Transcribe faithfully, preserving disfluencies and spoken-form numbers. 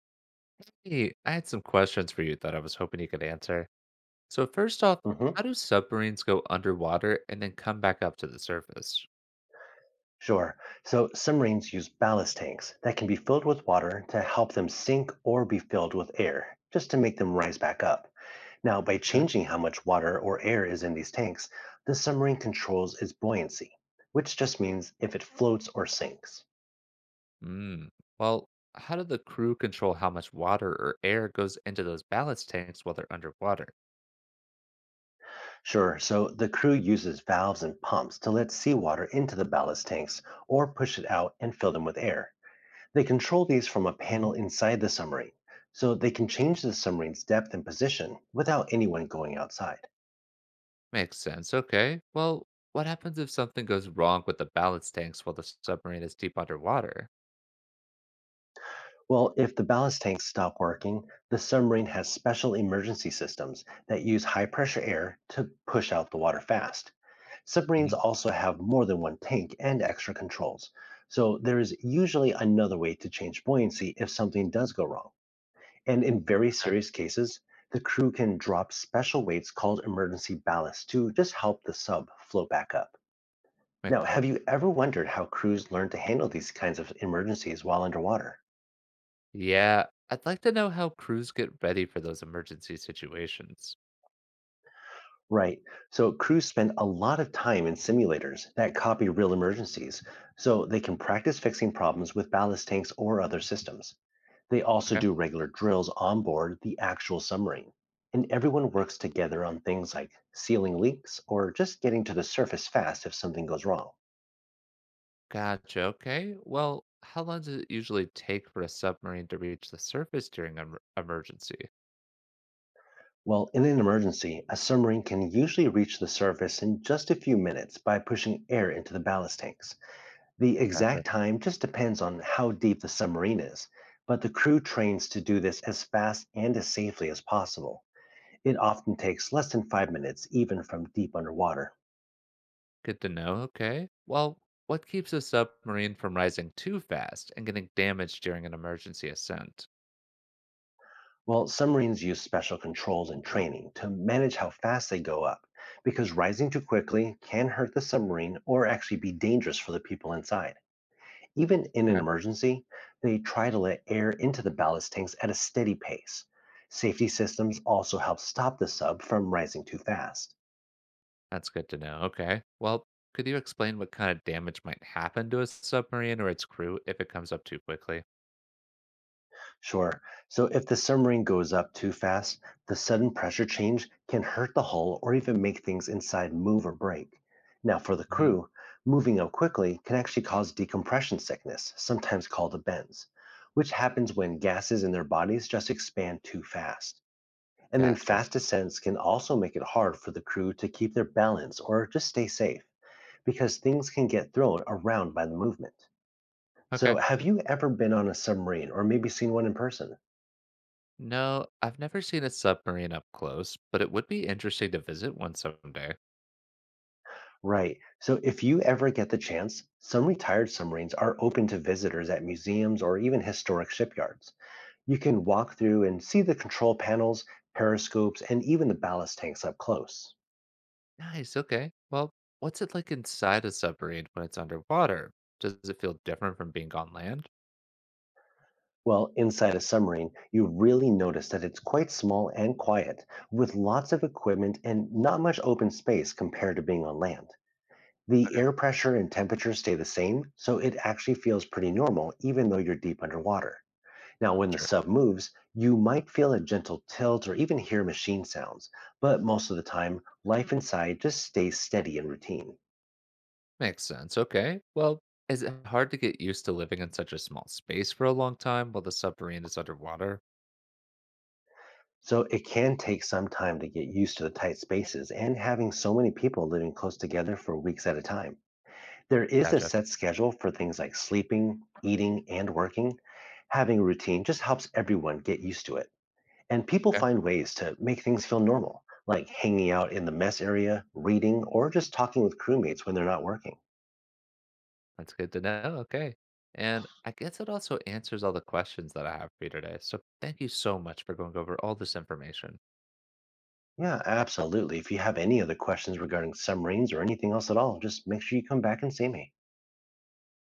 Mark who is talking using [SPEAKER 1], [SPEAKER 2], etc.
[SPEAKER 1] Hey, I had some questions for you that I was hoping you could answer. So first off,
[SPEAKER 2] hmm
[SPEAKER 1] how do submarines go underwater and then come back up to the surface?
[SPEAKER 2] Sure. So submarines use ballast tanks that can be filled with water to help them sink or be filled with air, just to make them rise back up. Now, by
[SPEAKER 1] Okay.
[SPEAKER 2] changing how much water or air is in these tanks, the submarine controls its buoyancy, which just means if it floats or sinks.
[SPEAKER 1] Mm. Well, how do the crew control how much water or air goes into those ballast tanks while they're underwater?
[SPEAKER 2] Sure, so the crew uses valves and pumps to let seawater into the ballast tanks or push it out and fill them with air. They control these from a
[SPEAKER 1] Mhm.
[SPEAKER 2] panel inside the submarine, so they can change the submarine's depth and position without anyone going outside.
[SPEAKER 1] Makes sense. Okay. Well, what happens if something goes wrong with the ballast tanks while the submarine is deep underwater?
[SPEAKER 2] Well, if the ballast tanks stop working, the submarine has special emergency systems that use high pressure air to push out the water fast. Submarines
[SPEAKER 1] Mhm.
[SPEAKER 2] also have more than one tank and extra controls, so there is usually another way to change buoyancy if something does go wrong. And in very
[SPEAKER 1] Okay.
[SPEAKER 2] serious cases, the crew can drop special weights called emergency ballast to just help the sub float back up.
[SPEAKER 1] Makes
[SPEAKER 2] Now, have
[SPEAKER 1] sense.
[SPEAKER 2] you ever wondered how crews learn to handle these kinds of emergencies while underwater?
[SPEAKER 1] Yeah, I'd like to know how crews get ready for those emergency situations.
[SPEAKER 2] Right, so crews spend a lot of time in simulators that copy real emergencies, so they can practice fixing problems with ballast tanks or other systems. They also do regular drills on board the actual submarine, and everyone works together on things like sealing leaks or just getting to the surface fast if something goes wrong.
[SPEAKER 1] Gotcha. Okay. Well, how long does it usually take for a submarine to reach the surface during an emergency?
[SPEAKER 2] Well, in an emergency, a submarine can usually reach the surface in just a few minutes by pushing air into the ballast tanks. The
[SPEAKER 1] Gotcha.
[SPEAKER 2] exact time just depends on how deep the submarine is, but the crew trains to do this as fast and as safely as possible. It often takes less than five minutes, even from deep underwater.
[SPEAKER 1] Good to know. Okay. Well, what keeps a submarine from rising too fast and getting damaged during an emergency ascent?
[SPEAKER 2] Well, submarines use special controls and training to manage how fast they go up because rising too quickly can hurt the submarine or actually be dangerous for the people inside. Even in an
[SPEAKER 1] Okay.
[SPEAKER 2] emergency, they try to let air into the ballast tanks at a steady pace. Safety systems also help stop the sub from rising too fast.
[SPEAKER 1] That's good to know. Okay. Well, could you explain what kind of damage might happen to a submarine or its crew if it comes up too quickly?
[SPEAKER 2] Sure. So if the submarine goes up too fast, the sudden pressure change can hurt the hull or even make things inside move or break. Now, for the
[SPEAKER 1] Hmm.
[SPEAKER 2] crew, moving up quickly can actually cause decompression sickness, sometimes called a benz, which happens when gases in their bodies just expand too fast. And then
[SPEAKER 1] Gotcha.
[SPEAKER 2] fast descents can also make it hard for the crew to keep their balance or just stay safe because things can get thrown around by the movement. So,
[SPEAKER 1] Okay.
[SPEAKER 2] have you ever been on a submarine or maybe seen one in person?
[SPEAKER 1] No, I've never seen a submarine up close, but it would be interesting to visit one someday.
[SPEAKER 2] Right. So if you ever get the chance, some retired submarines are open to visitors at museums or even historic shipyards. You can walk through and see the control panels, periscopes, and even the ballast tanks up close.
[SPEAKER 1] Nice, okay. Well, what's it like inside a submarine when it's underwater? Does it feel different from being on land?
[SPEAKER 2] Well, inside a submarine, you really notice that it's quite small and quiet, with lots of equipment and not much open space compared to being on land. The
[SPEAKER 1] Okay,
[SPEAKER 2] air pressure and temperature stay the same, so it actually feels pretty normal even though you're deep underwater. Now, when the
[SPEAKER 1] sure.
[SPEAKER 2] sub moves, you might feel a gentle tilt or even hear machine sounds, but most of the time, life inside just stays steady and routine.
[SPEAKER 1] Makes sense. Okay. Well, is it hard to get used to living in such a small space for a long time while the submarine is underwater?
[SPEAKER 2] So it can take some time to get used to the tight spaces and having so many people living close together for weeks at a time. There is a
[SPEAKER 1] Gotcha.
[SPEAKER 2] set schedule for things like sleeping, eating, and working. Having a routine just helps everyone get used to it. And people
[SPEAKER 1] Okay.
[SPEAKER 2] find ways to make things feel normal, like hanging out in the mess area, reading, or just talking with crewmates when they're not working.
[SPEAKER 1] That's good to know. Okay. And I guess it also answers all the questions that I have for you today. So thank you so much for going over all this information.
[SPEAKER 2] Yeah, absolutely. If you have any other questions regarding submarines or anything else at all, just make sure you come back and see me.